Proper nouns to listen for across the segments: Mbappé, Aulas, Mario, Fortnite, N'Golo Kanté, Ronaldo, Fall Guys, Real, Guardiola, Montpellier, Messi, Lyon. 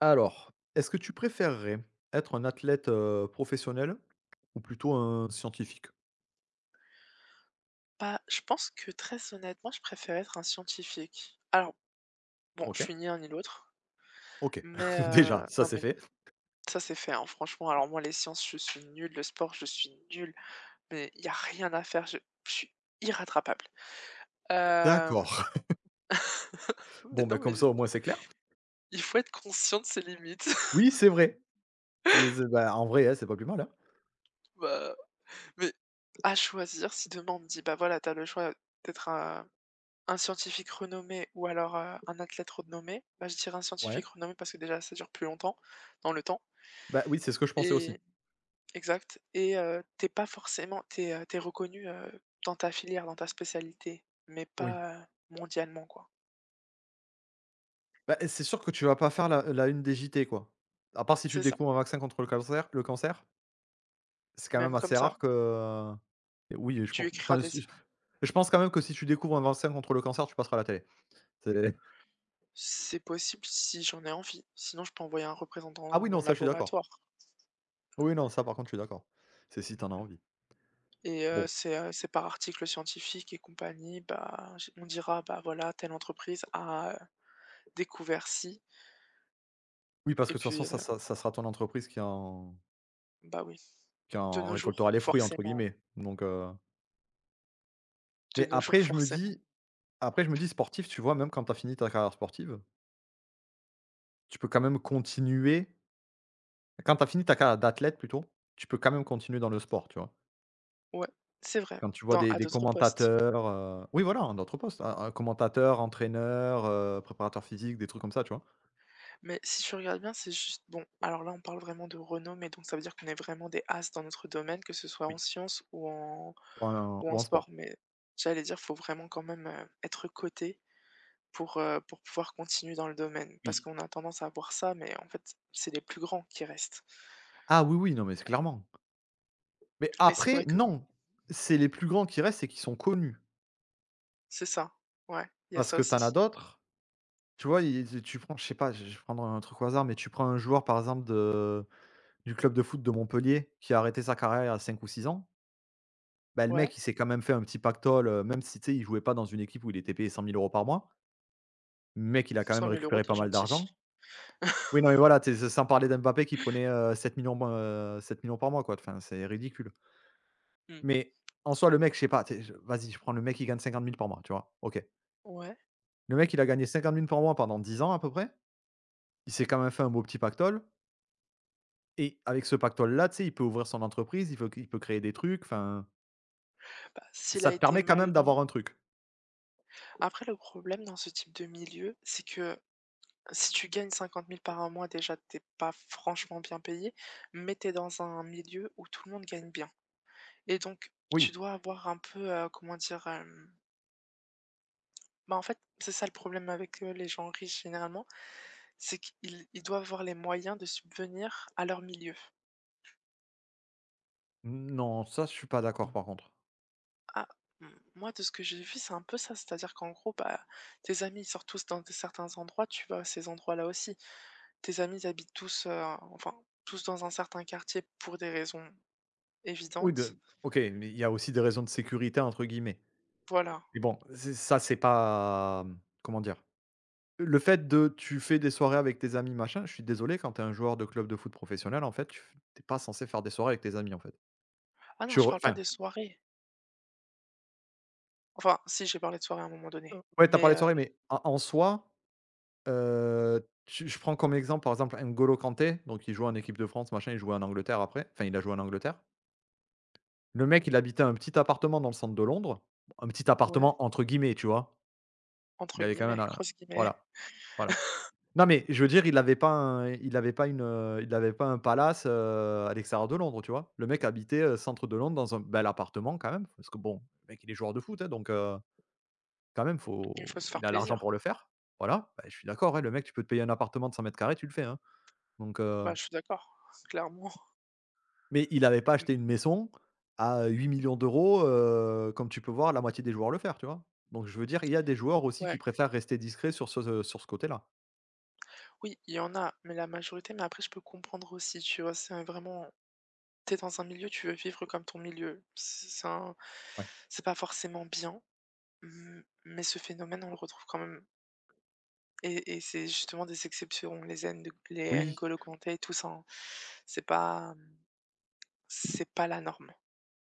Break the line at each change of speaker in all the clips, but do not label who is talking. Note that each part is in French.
Alors, est-ce que tu préférerais être un athlète, professionnel ou plutôt un scientifique?
Bah, je pense que très honnêtement, je préfère être un scientifique. Alors, bon, je
OK,
suis ni l'un ni l'autre,
OK.
mais
Déjà, ça
non,
c'est
mais
fait.
ça, c'est fait, hein, franchement. Alors moi, les sciences, je suis nulle, le sport, je suis nulle, mais il y a rien à faire, je suis irrattrapable. Hem,
D'accord.
mais
Bon, bah,
non,
comme
mais
ça, au moins, c'est clair.
il faut être conscient de ses limites.
Oui, c'est vrai. C'est bah, en vrai, hein, c'est pas plus mal, hein.
Bah, mais à choisir, si demain on me dit: «Bah, voilà, t'as le choix d'être un scientifique renommé ou alors, un athlète renommé», bah, je dirais un
Ouais.
scientifique renommé parce que déjà ça dure plus longtemps dans le temps.
Bah, oui, c'est ce que je pensais aussi.
Et exact et tu pas forcément t'es reconnu, dans ta filière, dans ta spécialité, mais
Oui.
pas, mondialement, quoi.
Bah, c'est sûr que tu vas pas faire la une des JT, quoi. À part si tu
C'est ça.
découvres un vaccin contre le cancer, c'est
Et
quand même
même comme
assez
ça,
rare que. Et oui, je
tu
pense
écriras
enfin,
des
si je pense quand même que si tu découvres un vaccin contre le cancer, tu passeras à la télé. C'est
c'est possible si j'en ai envie, sinon je peux envoyer un
ah
représentant de
oui, non,
mon
ça, je suis d'accord.
laboratoire.
Oui, non, ça par contre, je suis d'accord. C'est si tu en as
Mmh
envie.
et
Bon,
c'est par article scientifique et compagnie, bah, j on dira: «Bah, voilà, telle entreprise a, découvert ci»,
oui, parce
et
que de toute façon,
puis,
ça ça ça sera ton entreprise qui en
bah, oui.
qui
De
en
nos
récoltera
jours,
les fruits, entre
forcément.
guillemets, donc
De
mais
nos jours,
après je me
forcément.
dis sportif, tu vois, même quand tu as fini ta carrière sportive, tu peux quand même continuer quand tu as fini ta carrière d'athlète plutôt, tu peux quand même continuer dans le sport, tu vois?
Ouais, c'est vrai,
Quand tu vois
dans
des
à
des
d'autres postes.
commentateurs, oui, voilà, un autre poste, un commentateur, entraîneur, préparateur physique, des trucs comme ça, tu vois?
Mais si tu regardes bien, c'est juste bon, alors là, on parle vraiment de renommée, donc ça veut dire qu'on est vraiment des as dans notre domaine, que ce soit en
Oui.
sciences ou en
Ou un ou un sport.
sport. Mais j'allais dire, faut vraiment quand même, être coté pour, pour pouvoir continuer dans le domaine. Parce
Oui.
qu'on a tendance à voir ça, mais en fait, c'est les plus grands qui restent.
Ah oui, oui, non, mais c'est clairement. Mais
Mais c'est
après,
vrai que
non, c'est les plus grands qui restent et qui sont connus.
c'est ça, ouais, il y a
Parce
ça
que tu
aussi.
en as d'autres, tu vois? Ils tu prends, je sais pas, je vais prendre un truc au hasard, mais tu prends un joueur, par exemple, de du club de foot de Montpellier, qui a arrêté sa carrière à 5 ou 6 ans. Bah, le
Ouais,
mec, il s'est quand même fait un petit pactole, même si, tu sais, il jouait pas dans une équipe où il était payé 100 000 euros par mois. Le mec, il a quand même
cent mille euros,
récupéré pas
t'es
mal
gentil.
d'argent. Oui, non, mais voilà, tu sans parler d'Mbappé qui prenait, 7 000 000 mo par mois, quoi. Enfin, c'est ridicule.
Mmh.
Mais en soi, le mec, je sais pas, tu je vas-y, je prends le mec, qui gagne 50 000 par mois, tu vois? OK.
Ouais,
Le mec, il a gagné 50 000 par mois pendant 10 ans à peu près. Il s'est quand même fait un beau petit pactole et avec ce pactole-là, tu sais, il peut ouvrir son entreprise, il peut créer des trucs, enfin,
bah, s'il
ça
a
te
été
permet quand même
malin.
d'avoir un truc.
Après, le problème dans ce type de milieu, c'est que si tu gagnes 50 000 par un mois, déjà, t'es pas franchement bien payé, mais tes dans un milieu où tout le monde gagne bien. Et donc, tu
Oui,
dois avoir un peu, comment dire? Bah, en fait, c'est ça le problème avec, les gens riches généralement, c'est qu'ils ils doivent avoir les moyens de subvenir à leur milieu.
non, ça, je suis pas d'accord par contre.
Ah, m moi, de ce que j'ai vu, c'est un peu ça, c'est-à-dire qu'en gros, bah, tes amis, ils sortent tous dans des certains endroits, tu vas à ces endroits-là aussi. Tes amis, ils habitent tous, enfin, tous dans un certain quartier pour des raisons
Oui,
évidentes.
de OK, mais il y a aussi des raisons de «sécurité» entre guillemets.
Voilà.
Mais bon, c'est ça, c'est pas, comment dire? Le fait de tu fais des soirées avec tes amis, machin, je suis désolé, quand t'es un joueur de club de foot professionnel, en fait, tu es pas censé faire des soirées avec tes amis, en fait.
Ah non,
Tu
je
re
parle pas
Enfin,
de soirée. Enfin, si, j'ai parlé de soirée à un moment donné.
ouais, t'as
Mais
parlé de soirée, mais en soi. Heu, tu Je prends comme exemple, par exemple, N'Golo Kanté, donc il jouait en équipe de France, machin, il jouait en Angleterre après, enfin il a joué en Angleterre. Le mec, il habitait un petit appartement dans le centre de Londres, un petit
ouais,
appartement entre guillemets, tu vois? Il
entre
avait quand même
guillemets,
un
grosses guillemets,
voilà, voilà. Non mais je veux dire, il avait pas un palace, à l'extérieur de Londres, tu vois? Le mec habitait, centre de Londres dans un bel appartement quand même, parce que bon, le mec, il est joueur de foot, hein, donc quand même
il
faut
faut se faire
il a l'argent
plaisir.
pour le faire. Voilà, bah, je suis d'accord, hein, le mec, tu peux te payer un appartement de 100 mètres carrés, tu le fais, hein, donc
Bah, je suis d'accord, clairement.
Mais il n'avait pas
Mmh,
acheté une maison à 8 millions d'euros, €, comme tu peux voir la moitié des joueurs le faire, tu vois? Donc je veux dire, il y a des joueurs aussi qui
ouais.
préfèrent rester discrets sur ce côté-là.
Oui, il y en a, mais la majorité mais après je peux comprendre aussi, tu vois? C'est vraiment T'es dans un milieu, tu veux vivre comme ton milieu.
Ouais.
C'est pas forcément bien, mmh, mais ce phénomène, on le retrouve quand même, et c'est justement des exceptions, les
Oui,
N'Golo Kanté et tout ça, hein. C'est pas, mmh, c'est pas la norme.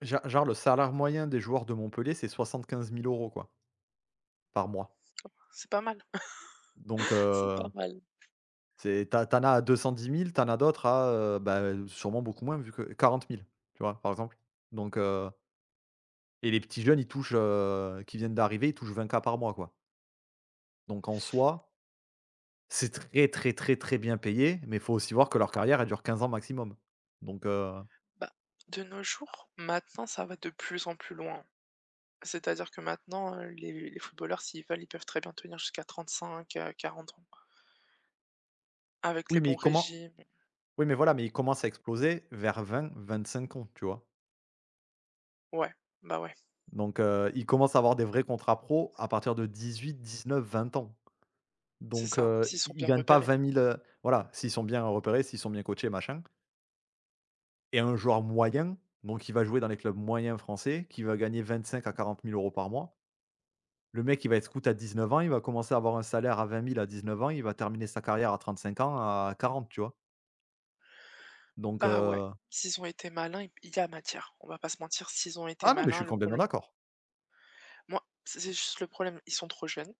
genre le salaire moyen des joueurs de Montpellier, c'est 75 000 euros quoi, par mois.
C'est pas mal.
Donc
C'est pas mal.
c'est t'as t'en as à 210 000, t'en as d'autres à, bah, sûrement beaucoup moins vu que 40 000, tu vois, par exemple. Donc et les petits jeunes, qui viennent d'arriver, ils touchent 20K par mois, quoi. Donc en soi. C'est très, très, très, très bien payé, mais il faut aussi voir que leur carrière, elle dure 15 ans maximum. Donc,
Bah, de nos jours, maintenant, ça va de plus en plus loin. C'est-à-dire que maintenant, les footballeurs, s'ils veulent, ils peuvent très bien tenir jusqu'à 35, 40, ans. Avec
oui,
les
mais
bons
comment
régimes.
oui, mais voilà, mais ils commencent à exploser vers vingt, vingt-cinq ans, tu vois?
Ouais, bah, ouais,
Donc, ils commencent à avoir des vrais contrats pro à partir de 18, 19, 20 ans.
c'est
Donc,
ça, s'ils
i
sont
ils ne
bien
gagnent pas
repérés.
20 000. Voilà, s'ils sont bien repérés, s'ils sont bien coachés, machin et un joueur moyen, donc qui va jouer dans les clubs moyens français, qui va gagner 25 à 40 000 euros par mois. Le mec, il va être scout à 19 ans, il va commencer à avoir un salaire à 20 000 à 19 ans, il va terminer sa carrière à 35 ans, à quarante, tu vois? Donc
Bah, ouais, s'ils ont été malins, il y a matière. On va pas se mentir, s'ils ont été
ah non, mais je suis
malins, le
complètement
problème
d'accord.
moi, c'est juste le problème, ils sont trop jeunes,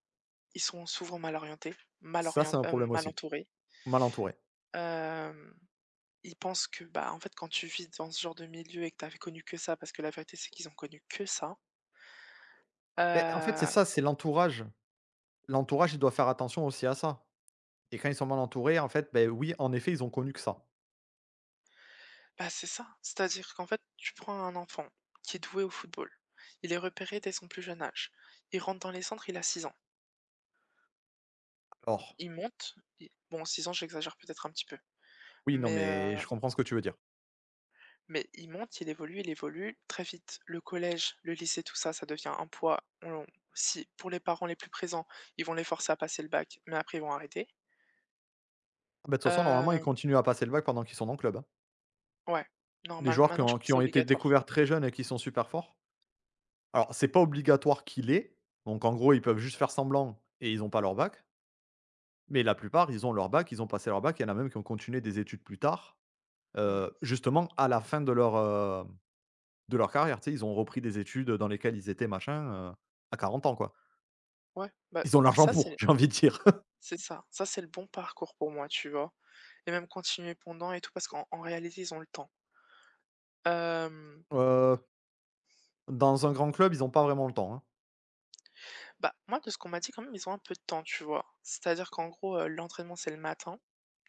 ils sont souvent mal orientés,
Ça, c'est un problème
mal
aussi,
entourés.
mal entouré.
Euh, Ils pensent que, bah, en fait, quand tu vis dans ce genre de milieu et que t'avais connu que ça, parce que la vérité, c'est qu'ils ont connu que ça,
Ben en fait, c'est
heu,
ça, c'est l'entourage. L'entourage, il doit faire attention aussi à ça et quand ils sont mal entourés, en fait, ben oui, en effet, ils ont connu que ça.
bah, c'est ça. C'est-à-dire qu'en fait, tu prends un enfant qui est doué au football, il est repéré dès son plus jeune âge. Il rentre dans les centres, il a 6 ans.
Alors,
Il monte, il bon, 6 ans, j'exagère peut-être un petit peu,
oui, non,
mais
mais
heu,
je comprends ce que tu veux dire.
mais il monte, il évolue très vite. Le collège, le lycée, tout ça, ça devient un poids. On Si pour les parents les plus présents, ils vont les forcer à passer le bac, mais après ils vont arrêter.
Ah, bah, de toute façon, normalement, ils
Hem
continuent à passer le bac pendant qu'ils sont dans le club, hein.
Ouais,
Les
normal.
joueurs qui
Maintenant, je
ont
crois que
qui
c'est
ont été
obligatoire.
découverts très jeunes et qui sont super forts, alors c'est pas obligatoire qu'il l'aient, donc en gros, ils peuvent juste faire semblant et ils n'ont pas leur bac, mais la plupart, ils ont leur bac, ils ont passé leur bac, il y en a même qui ont continué des études plus tard,
Mmh.
justement à la fin de leur carrière, tu sais, ils ont repris des études dans lesquelles ils étaient machin, à 40 ans, quoi.
Ouais, bah,
Ils ont l'argent
ça,
pour,
c'est
j'ai envie de dire.
c'est ça. Ça, c'est le bon parcours pour moi, tu vois? Et même continuer pendant et tout, parce qu'en réalité, ils ont le temps. Hem,
Heu, Dans un grand club, ils n'ont pas vraiment le temps, hein.
bah, moi, de ce qu'on m'a dit, quand même, ils ont un peu de temps, tu vois? C'est-à-dire qu'en gros, l'entraînement, c'est le matin,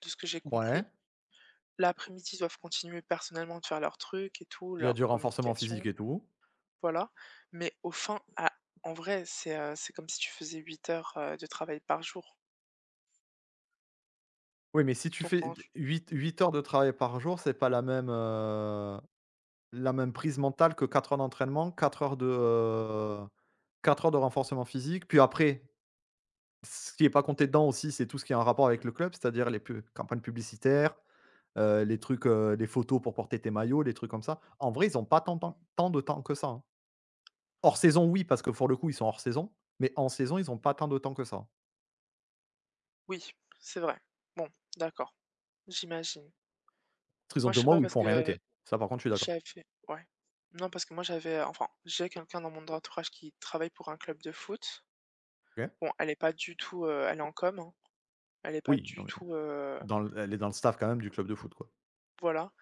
de ce que j'ai
Ouais,
compris. L'après-midi, ils doivent continuer personnellement de faire leurs trucs et tout,
il y a
leur
du renforcement physique
communication,
et tout.
voilà. Mais au fin, à en vrai, c'est comme si tu faisais 8 heures, de travail par jour.
Oui, mais si tu
Donc
fais
en
huit heures de travail par jour, c'est pas la même prise mentale que 4 heures d'entraînement, 4 heures de renforcement physique. Puis après, ce qui est pas compté dedans aussi, c'est tout ce qui est en rapport avec le club, c'est-à-dire les pub campagnes publicitaires, les trucs, les photos pour porter tes maillots, les trucs comme ça. En vrai, ils ont pas tant tant tant de temps que ça, hein. Hors saison, oui, parce que pour le coup, ils sont hors saison, mais en saison, ils ont pas tant de temps que ça.
Oui, c'est vrai. Bon, d'accord, j'imagine.
Parce qu'ils ont
Moi, je
deux
sais
mois où
pas
ils
parce
font rien
que. Et
l'été. Ça, par contre, je suis d'accord.
j'avais, ouais. Non, parce que moi, enfin, j'ai quelqu'un dans mon entourage qui travaille pour un club de foot.
OK.
Bon, elle est pas du tout, elle est en com, hein, elle est pas
Oui, non,
du
mais
tout,
Dans le elle est dans le staff quand même du club de foot, quoi.
voilà,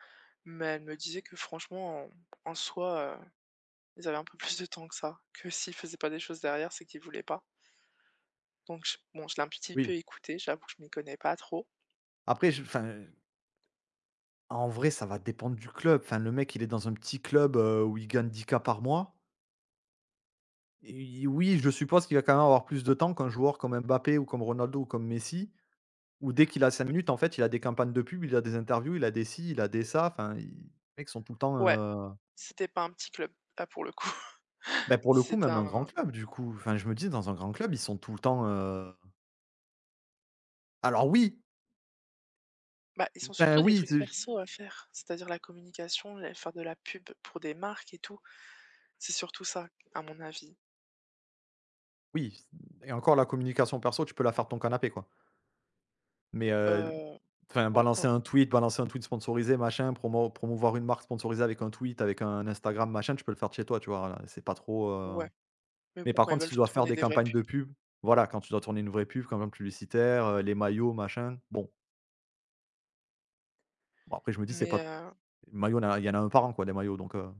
mais elle me disait que franchement, en soi, ils avaient un peu plus de temps que ça, que s'ils faisaient pas des choses derrière, c'est qu'ils voulaient pas. Donc je bon, je l'ai un petit peu
Oui.
écoutée, j'avoue que je m'y connais pas trop.
Après je enfin, en vrai ça va dépendre du club. Enfin le mec il est dans un petit club, où il gagne 10K par mois. Et oui, je suppose qu'il va quand même avoir plus de temps qu'un joueur comme Mbappé ou comme Ronaldo ou comme Messi, où dès qu'il a 5
Mmh,
minutes en fait il a des campagnes de pub, il a des interviews, il a des ci, il a des ça, enfin i les mecs sont tout le temps,
ouais. C'était pas un petit club, là, pour le coup.
bah, pour le coup
C'est
même un grand
un
club du coup. Enfin je me dis dans un grand club ils sont tout le temps, alors oui,
Bah, ils ont
enfin
surtout des
oui,
trucs
c'est
perso à faire, c'est-à-dire la communication, la faire de la pub pour des marques et tout. C'est surtout ça, à mon avis.
oui et encore la communication perso tu peux la faire de ton canapé, quoi. Mais,
Heu,
enfin,
ouais, quand
balancer un tweet sponsorisé, machin, promouvoir une marque sponsorisée avec un tweet, avec un Instagram, machin, tu peux le faire de chez toi, tu vois? Voilà, c'est pas trop,
ouais, mais
mais
bon,
par
quand ils
contre, si tu
veulent
dois faire
tourner
des
des vraies
campagnes
pubs.
de pub, voilà, quand tu dois tourner une vraie pub, campagne publicitaire, les maillots, machin, bon. Bon, après, je me dis, c'est
Mais
pas
heu,
maillot, il y en a un y par an, quoi, des maillots, donc,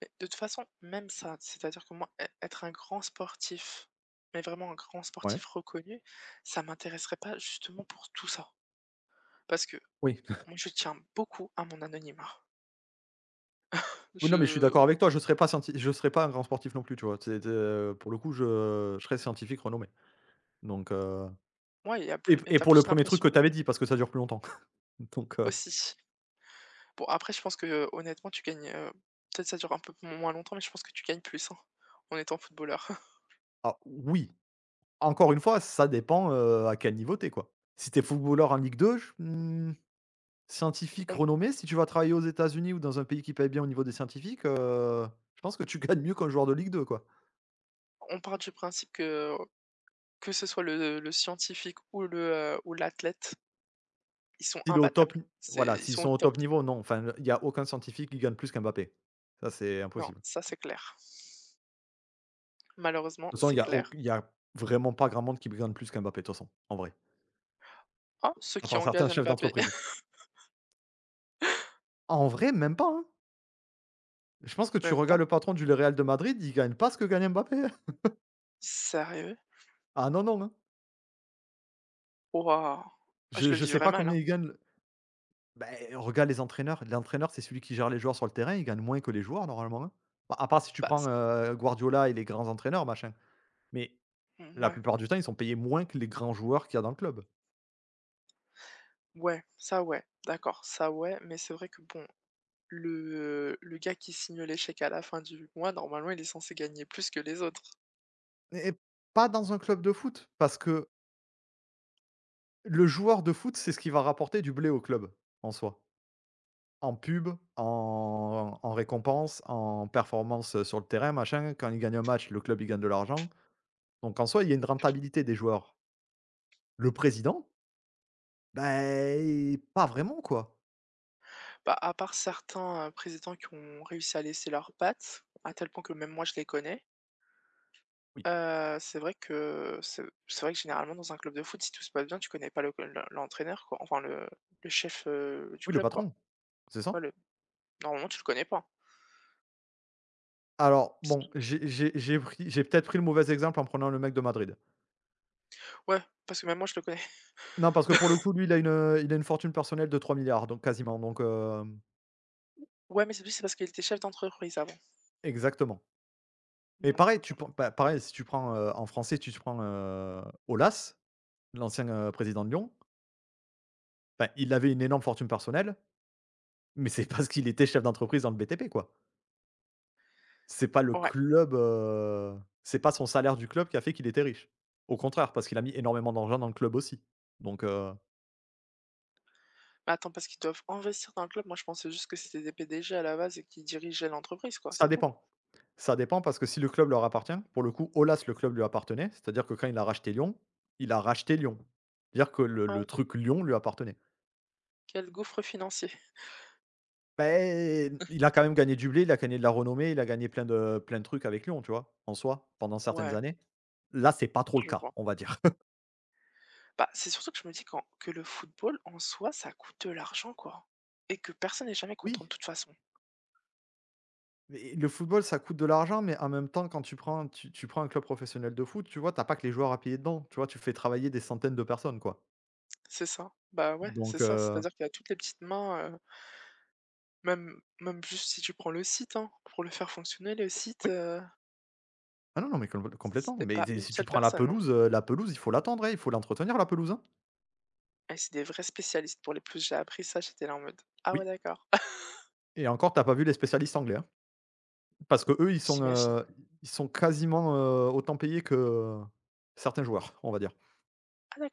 mais de toute façon, même ça, c'est-à-dire que moi, ê être un grand sportif, mais vraiment un grand
Ouais,
sportif reconnu, ça m'intéresserait pas justement pour tout ça. Parce que
oui.
moi, je tiens beaucoup à mon anonymat.
Oui, non,
Je
mais je suis d'accord avec toi, je serais pas scienti je serais pas un grand sportif non plus, tu vois? C'est de pour le coup, je serais scientifique renommé, donc,
Moi, il y a
et
plus et
et
tu
pour le
plus
premier truc
l'impression
que tu
de.
avais dit, parce que ça dure plus longtemps. donc, heu
Aussi. Bon après je pense que, honnêtement tu gagnes, peut-être ça dure un peu moins longtemps, mais je pense que tu gagnes plus, hein, en étant footballeur.
Alors oui, encore une fois, ça dépend, à quel niveau t'es quoi. Si t'es footballeur en Ligue 2, scientifique
On
renommé, si tu vas travailler aux États-Unis ou dans un pays qui paye bien au niveau des scientifiques, je pense que tu gagnes mieux qu'un joueur de Ligue 2 quoi.
on part du principe que ce soit le scientifique ou l'athlète, ils sont
S'il est au top
imbattables.
n
C'est
Voilà,
Ils
s'ils
sont
sont
au
au
top.
top niveau, non, enfin, il y a aucun scientifique qui gagne plus qu'Mbappé. Ça, c'est
Non,
impossible. De
ça c'est clair. Malheureusement,
toute façon,
c'est clair.
il y a vraiment pas grand monde qui gagne plus qu'Mbappé, de toute façon, en vrai,
Ah, ceux
à
qui
part certains
engagent
chefs
Mbappé,
d'entreprise. En vrai, même pas, hein. Je pense que tu
même
regardes
pas.
le patron du Real de Madrid, il gagne pas ce que gagne Mbappé.
Sérieux?
Ah non, non, hein.
Waouh! Ah, je
Je
le
je sais
vivrais
pas
mal,
combien
hein.
ils gagnent. Bah, eh, regarde les entraîneurs. L'entraîneur, c'est celui qui gère les joueurs sur le terrain, il gagne moins que les joueurs normalement, hein? Bah, à part si tu
Bah,
prends,
c
Guardiola et les grands entraîneurs machin. Mais la
ouais,
plupart du temps, ils sont payés moins que les grands joueurs qu'il y a dans le club
ouais, ça ouais, d'accord, ça ouais, mais c'est vrai que bon. Le gars qui signe l'échec à la fin du mois, normalement, il est censé gagner plus que les autres.
et pas dans un club de foot, parce que le joueur de foot, c'est ce qui va rapporter du blé au club, en soi. En pub, en récompense, en performance, sur le terrain machin. Quand ils gagnent un match, le club, il gagne de l'argent. Donc en soi, il y a une rentabilité des joueurs. Le président. Bah, pas vraiment quoi.
Bah, à part certains, présidents qui ont réussi à laisser leurs pattes, à tel point que même moi je les connais,
Oui.
c'est vrai que généralement dans un club de foot, si tout se passe bien, tu connais pas le co l'entraîneur, quoi, enfin le chef, du
Oui, le
club, quoi.
patron, c'est ça?
Ouais, le normalement tu le connais pas.
Alors
C'est
bon,
tout.
j'ai peut-être pris le mauvais exemple en prenant le mec de Madrid.
Ouais, parce que même moi je le connais.
Non, parce que pour le coup, lui, il a une fortune personnelle de 3 milliards donc quasiment, donc
Ouais, mais c'est plus c'est parce qu'il était chef d'entreprise avant,
exactement. Et
donc
pareil,
bon.
pareil, si tu prends, en français, tu prends, Aulas, l'ancien, président de Lyon. Ben il avait une énorme fortune personnelle, mais c'est parce qu'il était chef d'entreprise dans le BTP, quoi. C'est pas le
Ouais.
club, c'est pas son salaire du club qui a fait qu'il était riche. Au contraire, parce qu'il a mis énormément d'argent dans le club aussi. Donc,
Attends, parce qu'ils doivent investir dans le club? Moi, je pensais juste que c'était des PDG à la base et qui dirigeaient l'entreprise, quoi,
ça
c'est tout.
dépend. Ça dépend parce que si le club leur appartient, pour le coup, Aulas, le club lui appartenait, c'est-à-dire que quand il a racheté Lyon, il a racheté Lyon. C'est-à-dire que le
Ah
le
oui,
truc Lyon lui appartenait.
quel gouffre financier.
Ben, il a quand même gagné du blé, il a gagné de la renommée, il a gagné plein de trucs avec Lyon, tu vois? En soi, pendant certaines
Ouais,
années. Là, c'est pas trop le
je
cas,
vois.
on va dire.
Bah, c'est surtout que je me dis que le football, en soi, ça coûte de l'argent, quoi. Et que personne n'est jamais content de
Oui.
toute façon.
Mais le football, ça coûte de l'argent, mais en même temps, quand tu prends un club professionnel de foot, tu vois, t'as pas que les joueurs à payer dedans, tu vois? Tu fais travailler des centaines de personnes, quoi.
C'est ça. Bah, ouais, c'est
Donc
ça. C'est-à-dire qu'il y a toutes les petites mains, même, même juste si tu prends le site, hein, pour le faire fonctionner, le site,
oui. Ah non, non, mais complètement.
c'était
Mais
pas
tu
une
si tu
seule
prends
personne, hein.
la pelouse, il faut l'attendre, hein, il faut l'entretenir la pelouse, hein.
Et c'est des vrais spécialistes. J'ai appris ça, j'étais là en mode, ah ouais,
Oui
d'accord.
et encore, t'as pas vu les spécialistes anglais, hein. Parce que eux,
J'imagine.
ils sont quasiment, autant payés que certains joueurs, on va dire.
Ah